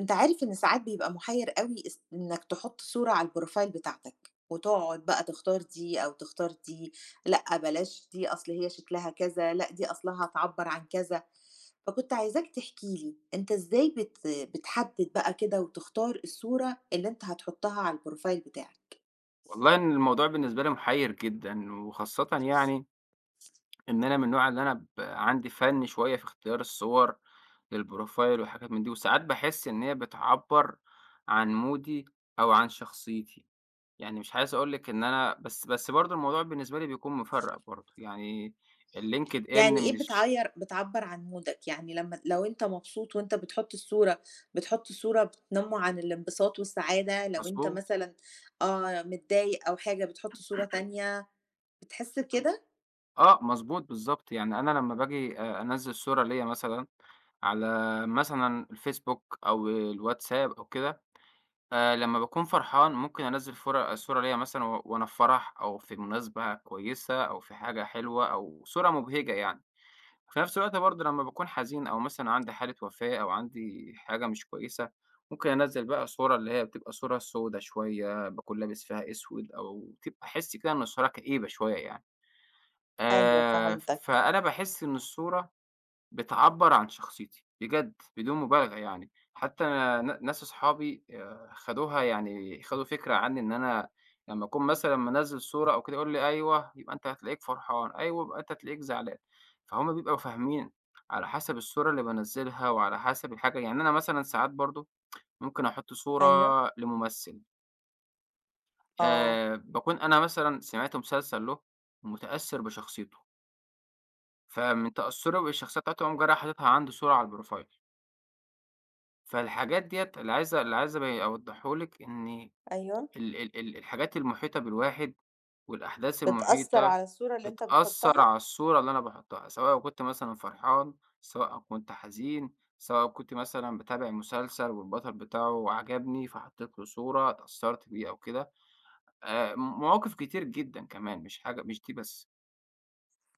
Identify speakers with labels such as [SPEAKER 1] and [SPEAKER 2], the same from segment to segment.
[SPEAKER 1] أنت عارف إن ساعات بيبقى محيّر أوي إنّك تحُط صورة على الprofile بتاعتك، وتقعد بقى تختار دي أو تختار دي، لأ بلاش دي أصل هي شكلها كذا، لأ دي أصلها هتعبّر عن كذا، فكنت عايزاك تحكي لي أنت إزاي بتحدّد بقى كده وتختار الصورة اللي أنت هتحُطّها على الprofile بتاعك؟
[SPEAKER 2] والله إن الموضوع بالنسبة لي محيّر جدًا، وخاصةً يعني إن أنا من النوع اللي أنا عندي فَن شوية في اختيار الصور للprofile وحاجات من دي، وساعات باحس إن هي بتعبّر عن مودي أو عن شخصيتي، يعني مش عايز أقول لِك إن أنا بس برضه الموضوع بالنسبة لي بيكون مفرّق برضه، يعني الLinkedIn
[SPEAKER 1] يعني إيه
[SPEAKER 2] مش
[SPEAKER 1] بتعبّر عن مودك؟ يعني لمّا لو أنت مبسوط وأنت بتحُط الصورة، بتحُط صورة بتنمّو عن الانبساط والسعادة، لو أنت
[SPEAKER 2] مضبوط
[SPEAKER 1] مثلًا متضايق أو حاجة بتحُط صورة تانية، بتحس بكده؟
[SPEAKER 2] آه، مضبوط بالضبط، يعني أنا لمّا باجي أنزّل صورة ليّا مثلًا على مثلًا الFacebook أو الWhatsApp أو كده لمّا باكون فرحان ممكن أنزّل صورة ليّا مثلًا وأنا في فرح أو في مناسبة كويسة أو في حاجة حلوة أو صورة مبهجة يعني. في نفس الوقت برضه لمّا باكون حزين أو مثلًا عندي حالة وفاة أو عندي حاجة مش كويسة، ممكن أنزّل بقى صورة اللي هي بتبقى صورة سودا شوية، باكون لابس فيها أسود أو بتبقى أحس كده إن الصورة كئيبة شوية يعني.
[SPEAKER 1] أيوه فهمتك،
[SPEAKER 2] فأنا باحس إن الصورة بتعبّر عن شخصيتي، بجد بدون مبالغة يعني، حتى أنا ناس أصحابي خدوها يعني خدوا فكرة عني إن أنا لمّا أكون مثلًا منزّل صورة أو كده يقولوا لي: "أيوه، يبقى أنت هتلاقيك فرحان، أيوه يبقى أنت هتلاقيك زعلان." فهُم بيبقوا فاهمين على حسب الصورة اللي بانزّلها وعلى حسب الحاجة، يعني أنا مثلًا ساعات برضه ممكن أحُط صورة
[SPEAKER 1] أيوه،
[SPEAKER 2] لممثل،
[SPEAKER 1] آه،
[SPEAKER 2] باكون أنا مثلًا سمعت مسلسل له ومتأثّر بشخصيته، فمن تأثّري بالشخصية بتاعته أقوم جاري حاططها عندي صورة على الprofile. فالحاجات ديّة اللي عايز أبي أوضّحه لِك إن
[SPEAKER 1] أيوه،
[SPEAKER 2] ال ال ال الحاجات المحيطة بالواحد والأحداث
[SPEAKER 1] بتأثّر
[SPEAKER 2] المحيطة
[SPEAKER 1] على الصورة اللي أنت
[SPEAKER 2] بتأثّر
[SPEAKER 1] بتحُطّها؟
[SPEAKER 2] على الصورة اللي أنا باحطّها، سواء كنت مثلًا فرحان، سواء كنت حزين، سواء كنت مثلًا باتابع مسلسل والبطل بتاعه عجبني فحطّيت له صورة اتأثّرت بيه أو كده، مواقف كتير جدًا كمان مش حاجة مش دي بس،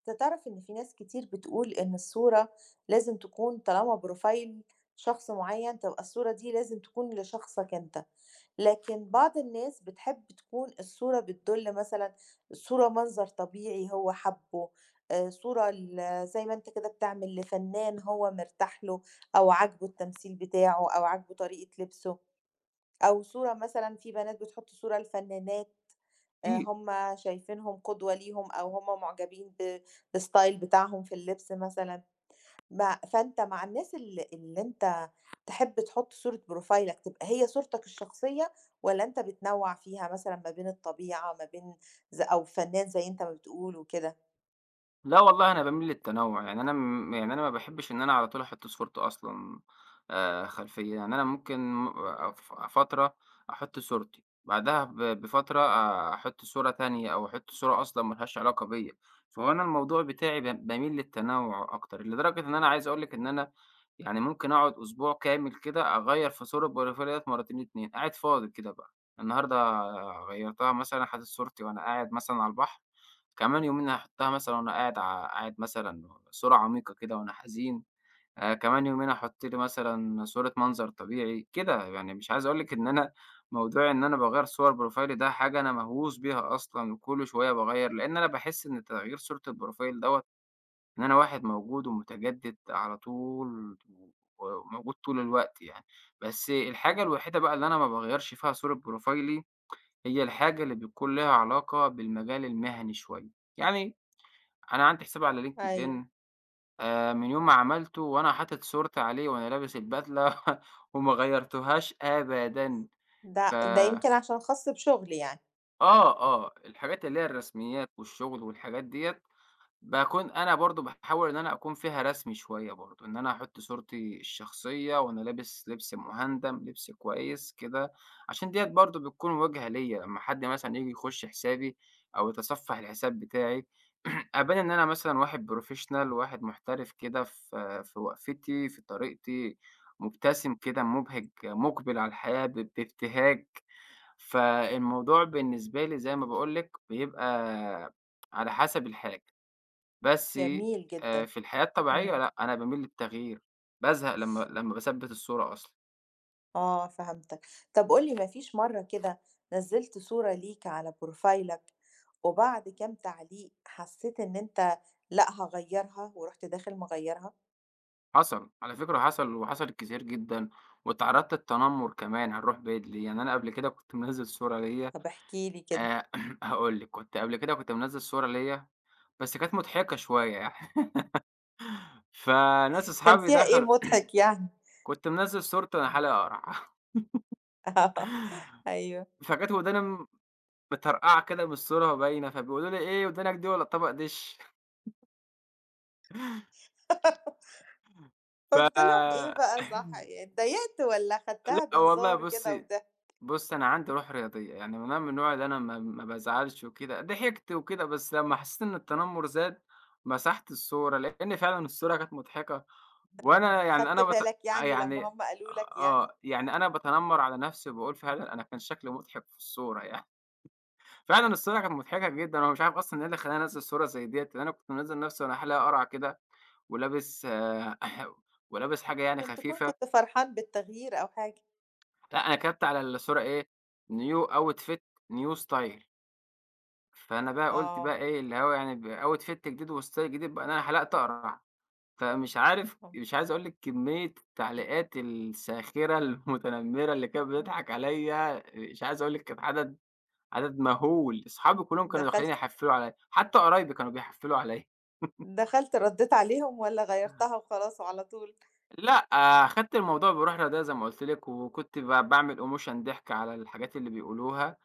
[SPEAKER 1] أنت تعرف إن في ناس كتير بتقول إن الصورة لازم تكون طالما بروفايل شخص معين تبقى الصورة دي لازم تكون لشخصك أنت، لكن بعض الناس بتحب تكون الصورة بتدل مثلًا الصورة منظر طبيعي هو حبه، صورة زي ما أنت كده بتعمل لفنان هو مرتاح له أو عاجبه التمثيل بتاعه أو عاجبه طريقة لبسه، أو صورة مثلًا في بنات بتحط صورة لفنانات.
[SPEAKER 2] كتير.
[SPEAKER 1] هم شايفينهم قدوة ليهم أو هم معجبين الstyle بتاعهم في اللبس مثلًا، فأنت مع الناس اللي أنت تحب تحط صورة بروفايلك تبقى هي صورتك الشخصية والّا أنت بتنوّع فيها مثلًا ما بين الطبيعة ما بين أو فنان زي أنت ما بتقول وكده؟
[SPEAKER 2] لأ والله أنا باميل للتنوُّع، يعني أنا م يعني أنا ما باحبّش إن أنا على طول أحُط صورتي أصلًا خلفية، يعني أنا ممكن أ ف آه، فترة أحُط صورتي، بعدها بفترة أحُط صورة تانية أو أحُط صورة أصلًا ما لهاش علاقة بيّا، فهو أنا الموضوع بتاعي باميل للتنوُّع أكتر، لدرجة إن أنا عايز أقول لِك إن أنا يعني ممكن أقعُد أسبوع كامل كده أغيّر في صورة بروفايل ديّة مرّتين، 2، قاعد فاضي كده بقى، النهارده غيّرتها مثلًا حاطط صورتي وأنا قاعد مثلًا على البحر، كمان يومين هاحطها مثلًا وأنا قاعد ع قاعد مثلًا صورة عميقة كده وأنا حزين، كمان يومين أحط لي مثلًا صورة منظر طبيعي، كده يعني مش عايز أقول لِك إن أنا موضوع إن أنا باغيّر صور بروفايلي ده حاجة أنا مهووس بيها أصلًا، وكل شوية باغيّر لإن أنا باحس إن تغيير صورة البروفايل دوّة إن أنا واحد موجود ومتجدد على طول وموجود طول الوقت يعني، بس
[SPEAKER 1] إمم.
[SPEAKER 2] الحاجة الوحيدة بقى اللي أنا ما باغيّرش فيها صورة بروفايلي هي الحاجة اللي بتكون ليها علاقة بالمجال المهني شوية، يعني أنا عندي حساب على
[SPEAKER 1] أيوه،
[SPEAKER 2] LinkedIn، من يوم ما عملته وأنا حاطط صورتي عليه وأنا لابس البدلة وما غيّرتهاش أبدًا. ف
[SPEAKER 1] ده يمكن عشان خاص بشغل يعني،
[SPEAKER 2] آه، آه، الحاجات اللي هي الرسميات والشغل والحاجات ديّة باكون أنا برضه باحاول إن أنا أكون فيها رسمي شوية برضه، إن أنا أحُط صورتي الشخصية وأنا لابس لبس مُهندم، لبس كويس كده، عشان ديّة برضه بتكون واجهة ليّا، لمّا حد مثلًا ييجي يخُش حسابي أو يتصفح الحساب بتاعي، أبان إن أنا مثلًا واحد professional واحد محترف كده في وقفتي، في طريقتي، مُبتسم كده مُبهِج مُقبِل على الحياة بابتهاج. فالموضوع بالنسبة لي زي ما باقول لِك بيبقى على حسب الحاجة. بس
[SPEAKER 1] جميل جدًا،
[SPEAKER 2] في الحياة الطبيعية
[SPEAKER 1] جميل.
[SPEAKER 2] لأ، أنا باميل للتغيير، بازهق لمّا باثبّت الصورة أصلًا،
[SPEAKER 1] آه فهمتك. طب قُل لي ما فيش مرّة كده نزّلت صورة ليك على بروفايلك وبعد كام تعليق حسّيت إن أنت لأ هاغيّرها ورُحت داخل مغيّرها؟
[SPEAKER 2] حصل، على فكرة حصل وحصل كتير جدًا، واتعرّضت للتنمر كمان على الروح بدري، يعني أنا قبل كده كنت منزّل صورة ليّا،
[SPEAKER 1] طب احكِ لي كده،
[SPEAKER 2] آآ هاقول لِك، كنت قبل كده كنت منزّل صورة ليّا بس كانت مضحكة شوية يعني، فناس
[SPEAKER 1] كان
[SPEAKER 2] أصحابي
[SPEAKER 1] فيها إيه
[SPEAKER 2] دخلوا،
[SPEAKER 1] مضحك يعني؟
[SPEAKER 2] كنت منزّل صورتي وأنا
[SPEAKER 1] إمم.
[SPEAKER 2] حالق قرع،
[SPEAKER 1] آه، أيوه.
[SPEAKER 2] فكانت وداني م مطرقعة كده من الصورة باينة، فبيقولوا لي: "إيه ودانك دي والّا طبق دِش؟" ف
[SPEAKER 1] قُلت لهم إيه بقى صح، اتضايقت والّا خدتها
[SPEAKER 2] لأ والله
[SPEAKER 1] بهزار كده
[SPEAKER 2] بُصّي،
[SPEAKER 1] وده
[SPEAKER 2] بُصّي أنا عندي روح رياضية، يعني أنا من النوع اللي أنا ما بازعلش وكده، ضحكت وكده، بس لمّا حسيت إن التنمر زاد مسحت الصورة، لإن فعلًا الصورة كانت مضحكة، وأنا يعني
[SPEAKER 1] خدت
[SPEAKER 2] أنا بت
[SPEAKER 1] بالك يعني لمّا
[SPEAKER 2] يعني
[SPEAKER 1] هم قالوا لك يعني؟
[SPEAKER 2] آه، يعني أنا باتنمر على نفسي وباقول فعلًا أنا كان شكلي مضحك في الصورة يعني، فعلًا الصورة كانت مضحكة جدًا، وأنا مش عارف أصلًا إيه اللي خلّاني أنزّل صورة زي ديّة، لإن أنا كنت منزّل نفسي وأنا حالق قرع كده ولابس آه، ولابس حاجة يعني
[SPEAKER 1] ممكن تكون
[SPEAKER 2] خفيفة.
[SPEAKER 1] كنت فرحان بالتغيير أو حاجة.
[SPEAKER 2] لأ، أنا كتبت على الصورة إيه، new outfit، new style، فأنا بقى قُلت بقى
[SPEAKER 1] آه،
[SPEAKER 2] إيه اللي هو يعني ب outfit جديد وstyle جديد بقى أنا حلقت أقرع، فمش عارف
[SPEAKER 1] آه،
[SPEAKER 2] مش عايز أقول لِك كمية التعليقات الساخرة المتنمرة اللي كانت
[SPEAKER 1] إمم،
[SPEAKER 2] بتضحك عليَّ، مش عايز أقول لِك كان عدد مهول، أصحابي كلّهم كانوا داخلين
[SPEAKER 1] دخلت
[SPEAKER 2] يحفّلوا عليَّ، حتى قرايبي كانوا بيحفّلوا عليَّ.
[SPEAKER 1] دخلت ردّيت عليهم والّا غيّرتها وخلاص وعلى طول؟
[SPEAKER 2] لأ، آه، خدت الموضوع بروح رياضية زي ما قُلت لِك، وكنت باعمل emotion ضحك على الحاجات اللي بيقولوها.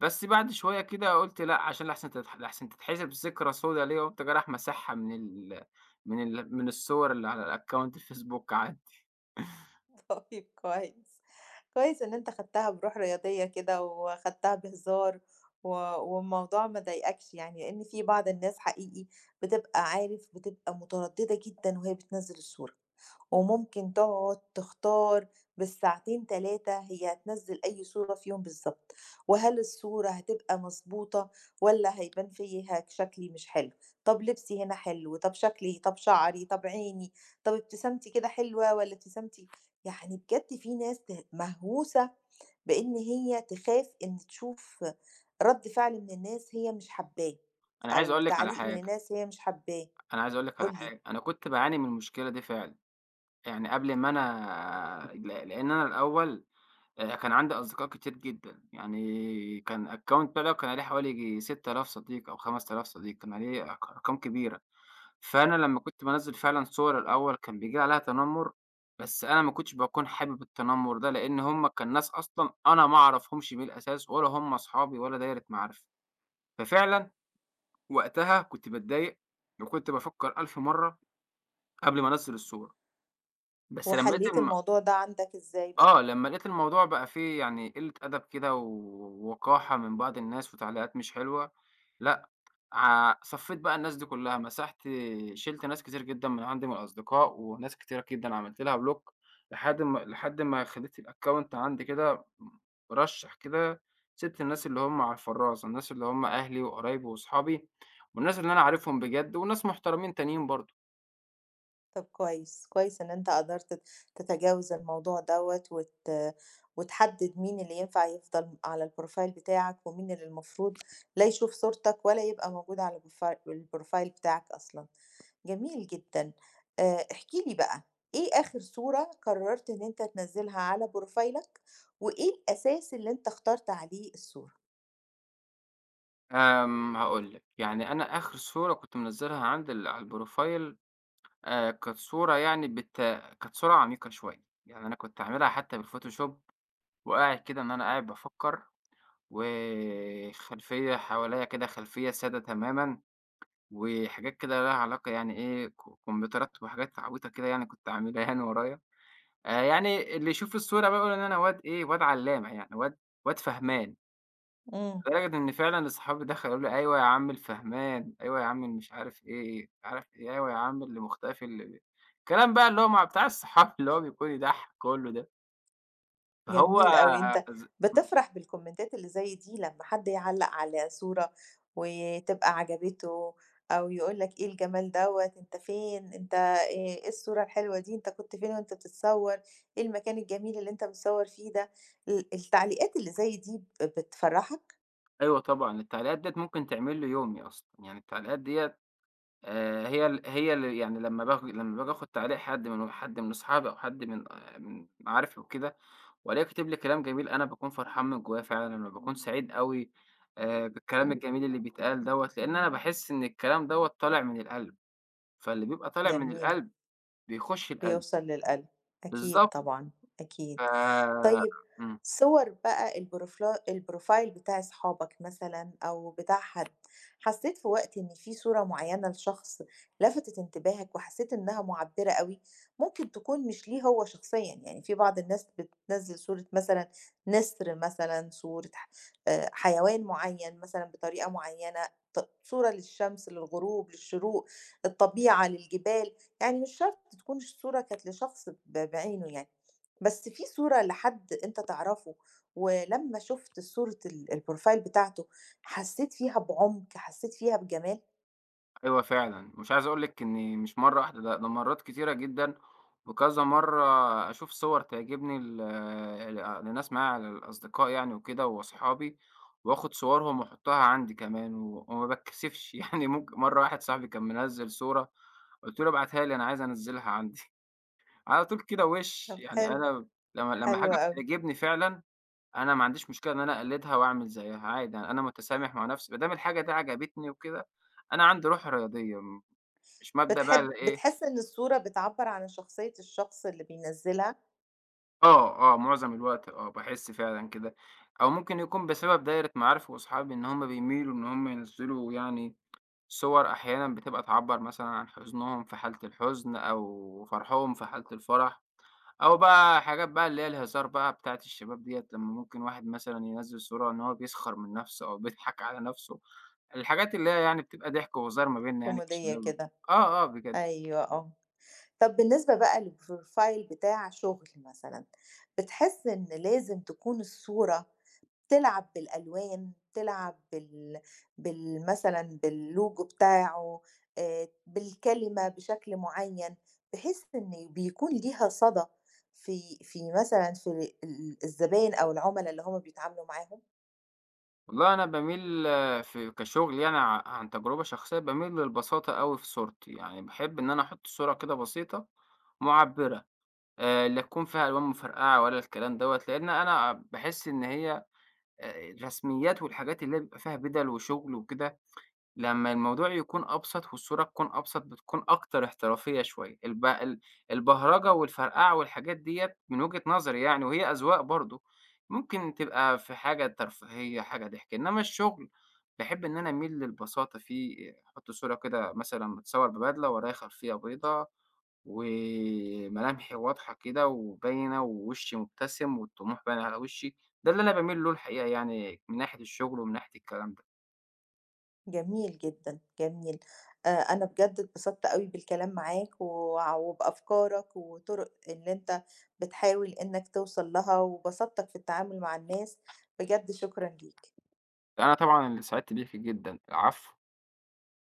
[SPEAKER 2] بس بعد شوية كده قُلت لأ، عشان لأحسن تتحسب ذكرى سودا ليّا، قمت جارح مسحها من الصور اللي على الaccount الفيسبوك عندي.
[SPEAKER 1] طيب كويس، كويس إن أنت خدتها بروح رياضية كده وخدتها بهزار و والموضوع ما ضايقكش يعني، لإن في بعض الناس حقيقي بتبقى عارف بتبقى مترددة جدًا وهي بتنزّل الصورة، وممكن تقعد تختار بالساعتين 3 هي هتنزّل أي صورة فيهم بالضبط، وهل الصورة هتبقى مضبوطة والّا هيبان فيها شكلي مش حلو، طب لبسي هنا حلو، طب شكلي، طب شعري، طب عيني، طب ابتسامتي كده حلوة والّا ابتسامتي يعني بجد في ناس مهووسة بإن هي تخاف إن تشوف رد فعل من الناس هي مش حاباه،
[SPEAKER 2] أنا عايز
[SPEAKER 1] أو
[SPEAKER 2] أقول لِك على
[SPEAKER 1] تعليق من
[SPEAKER 2] حاجة،
[SPEAKER 1] الناس هي مش حاباه،
[SPEAKER 2] أنا عايز أقول لِك على
[SPEAKER 1] قُل لي،
[SPEAKER 2] حاجة، أنا كنت باعاني من المشكلة دي فعلًا، يعني قبل ما أنا ل لإن أنا الأول كان عندي أصدقاء كتير جدًا، يعني كان الaccount بتاعي ده كان عليه حوالي ييجي 6000 صديق أو 5000 صديق، كان عليه أرقام كبيرة. فأنا لمّا كنت بانزّل فعلًا صور الأول كان بييجي لي عليها تنمر، بس أنا ما كنتش باكون حابب التنمر ده، لإن هُم كان ناس أصلًا أنا ما أعرفهمش بالأساس ولا هُم أصحابي ولا دايرة معارفي، ففعلًا وقتها كنت باتضايق وكنت بافكّر ألف مرّة قبل ما أنزّل الصورة، بس لمّا لقيت
[SPEAKER 1] وحليت
[SPEAKER 2] الم
[SPEAKER 1] الموضوع ده عندك إزاي بقى؟
[SPEAKER 2] آه، لمّا لقيت الموضوع بقى فيه يعني قِلّة أدب كده ووقاحة من بعض الناس وتعليقات مش حلوة، لأ صفّيت بقى الناس دي كلّها، شِلت ناس كتير جدًا من عندي من الأصدقاء، وناس كتيرة جدًا عملت لها بلوك، لحد ما خلّيت الaccount عندي كده مرشّح كده، سِبت الناس اللي هم على الفرّاز، الناس اللي هم أهلي وقرايبي وصحابي، والناس اللي أنا عارفهم بجد، وناس محترمين تانيين برضه.
[SPEAKER 1] طب كويس، كويس إن أنت قدرت تتجاوز الموضوع دوّة وتحدد مين اللي ينفع يفضل على الprofile بتاعك، ومين اللي المفروض لا يشوف صورتك ولا يبقى موجود على الprofile بتاعك أصلًا. جميل جدًا. احكِ لي بقى، إيه آخر صورة قرّرت إن أنت تنزّلها على بروفايلك، وإيه الأساس اللي أنت اخترت عليه الصورة؟
[SPEAKER 2] آمم هاقول لك، يعني أنا آخر صورة كنت منزّلها عندي على الprofile، كانت صورة يعني بت كانت صورة عميقة شوية، يعني أنا كنت عاملها حتى بالphotoshop وقاعد كده إن أنا قاعد بافكّر وخلفية حواليّا كده خلفية سادة تمامًا، وحاجات كده ليها علاقة يعني إيه كمبيوترات وحاجات عبيطة كده يعني كنت عاملها يعني ورايا، يعني اللي يشوف الصورة بقى يقول إن أنا واد إيه، واد علّامة يعني، واد فهمان،
[SPEAKER 1] إمم،
[SPEAKER 2] لدرجة إن فعلًا أصحابي دخلوا يقولوا لي: "أيوه يا عم الفهمان، أيوه يا عم اللي مش عارف إيه، عارف إيه، أيوه يا عم اللي مختفي اللي" الكلام بقى اللي هو مع بتاع الصحاب اللي هو بيكون يضحّك كلّه ده، فهو
[SPEAKER 1] جميل أوي. أنت
[SPEAKER 2] ز إمم،
[SPEAKER 1] بتفرح بالكومنتات اللي زي دي لمّا حد يعلّق على صورة وتبقى عجبته أو يقول لك إيه الجمال دوّة، أنت فين، أنت إيه الصورة الحلوة دي، أنت كنت فين وأنت بتتصوّر، إيه المكان الجميل اللي أنت بتصوّر فيه ده، التعليقات اللي زي دي بتفرّحك؟
[SPEAKER 2] أيوه طبعًا التعليقات ديّة ممكن تعمل لي يومي أصلًا، يعني التعليقات ديّة، هي ال هي ال يعني لمّا باجي آخُد تعليق حد من أصحابي أو حد من من معارفي وكده وألاقيه كاتب لي كلام جميل، أنا باكون فرحان من جوّايا فعلًا، أنا باكون سعيد أوي، بالكلام الجميل اللي بيتقال دوّة، لإن أنا باحس إن الكلام دوّة طالع من القلب، فاللي بيبقى طالع من
[SPEAKER 1] جميل.
[SPEAKER 2] القلب بيخُش القلب.
[SPEAKER 1] بيوصل للقلب، أكيد
[SPEAKER 2] بالضبط،
[SPEAKER 1] طبعًا، أكيد.
[SPEAKER 2] ف
[SPEAKER 1] طيب
[SPEAKER 2] إمم.
[SPEAKER 1] صور بقى الprofile بتاع صحابك مثلًا أو بتاع حد، حسّيت في وقت إن في صورة معيّنة لشخص لفتت انتباهك وحسّيت إنها مُعبّرة أوي، ممكن تكون مش ليه هو شخصيًا، يعني في بعض الناس بتنزّل صورة مثلًا نسر مثلًا، صورة ح حيوان معيّن مثلًا بطريقة معيّنة، صورة للشمس، للغروب، للشروق، الطبيعة، للجبال. يعني مش شرط تكون الصورة كانت لشخص بعينه يعني، بس في صورة لحد أنت تعرفه، ولمّا شُفت صورة الprofile بتاعته حسّيت فيها بعُمق، حسّيت فيها بجمال؟
[SPEAKER 2] أيوه فعلًا، مش عايز أقول لِك إني مش مرّة واحدة لأ، ده مرّات كتيرة جدًا، وكذا مرّة أشوف صور تعجبني ل ل لناس معايا على الأصدقاء يعني وكده وأصحابي، وآخد صورهم وأحطها عندي كمان، وما باتكسفش يعني ممكن مرّة واحد صاحبي كان منزّل صورة، قُلت له ابعتها لي أنا عايز أنزّلها عندي، على طول كده وِش
[SPEAKER 1] طب
[SPEAKER 2] يعني
[SPEAKER 1] حلو،
[SPEAKER 2] أنا لمّا
[SPEAKER 1] حلو
[SPEAKER 2] حاجة
[SPEAKER 1] أوي.
[SPEAKER 2] بتعجبني فعلًا، أنا ما عنديش مشكلة إن أنا أقلدها وأعمل زيّها عادي، يعني. أنا متسامح مع نفسي ما دام الحاجة دي عجبتني وكده، أنا عندي روح رياضية. مش مبدأ بقى
[SPEAKER 1] بتحب
[SPEAKER 2] اللي إيه
[SPEAKER 1] بتحس إن الصورة بتعبّر عن شخصية الشخص اللي بينزّلها،
[SPEAKER 2] آه، آه، معظم الوقت آه، باحس فعلًا كده، أو ممكن يكون بسبب دايرة معارفي وأصحابي إن هم بيميلوا إن هم ينزلوا يعني صور أحيانًا بتبقى تعبّر مثلًا عن حزنهم في حالة الحزن، أو فرحهم في حالة الفرح، أو بقى حاجات بقى اللي هي الهزار بقى بتاعة الشباب ديّة، لمّا ممكن واحد مثلًا ينزّل صورة إن هو بيسخر من نَفْسه أو بيضحك على نَفْسه، الحاجات اللي هي يعني بتبقى ضحك وهزار ما بيننا يعني
[SPEAKER 1] كوميدية
[SPEAKER 2] كشباب وك
[SPEAKER 1] كده،
[SPEAKER 2] آه، آه، بجد.
[SPEAKER 1] أيوه آه. طب بالنسبة بقى للprofile بتاع شغل مثلًا، بتحس إن لازم تكون الصورة تلعب بالألوان، تلعب بال بال مثلًا بالLogo بتاعه، بالكلمة بشكل معيّن، بحيث إن بيكون ليها صدى في مثلًا في الزباين أو العُملا اللي هُم بيتعاملوا معاهم.
[SPEAKER 2] والله أنا باميل في كشغل يعني عن تجربة شخصية، باميل للبساطة أوي في صورتي، يعني باحب إن أنا أحط صورة كده بسيطة معبّرة، لا تكون فيها ألوان مفرقعة ولا الكلام دوّة، لإن أنا باحس إن هي الرسميات والحاجات اللي هي بيبقى فيها بدل وشغل وكده لمّا الموضوع يكون أبسط والصورة تكون أبسط، بتكون أكتر احترافية شوية، البهرجة والفرقعة والحاجات ديّة من وجهة نظري يعني وهي أذواق برضه، ممكن تبقى في حاجة ترفيهية، حاجة ضحك، إنّما الشغل باحب إن أنا أميل للبساطة فيه، أحط صورة كده مثلًا متصوّر ببدلة ورايا خلفيّة بيضا وملامحي واضحة كده وباينة ووشّي مبتسم والطموح باين على وشّي، ده اللي أنا باميل له الحقيقة يعني من ناحية الشغل ومن ناحية الكلام ده.
[SPEAKER 1] جميل جدًا، جميل. أنا بجد اتبسطت أوي بالكلام معاك وبأفكارك وطُرق اللي أنت بتحاول إنك توصل لها وبساطتك في التعامل مع الناس، بجد شكرًا ليك.
[SPEAKER 2] أنا طبعًا اللي سعدت بيكِ جدًا، العفو.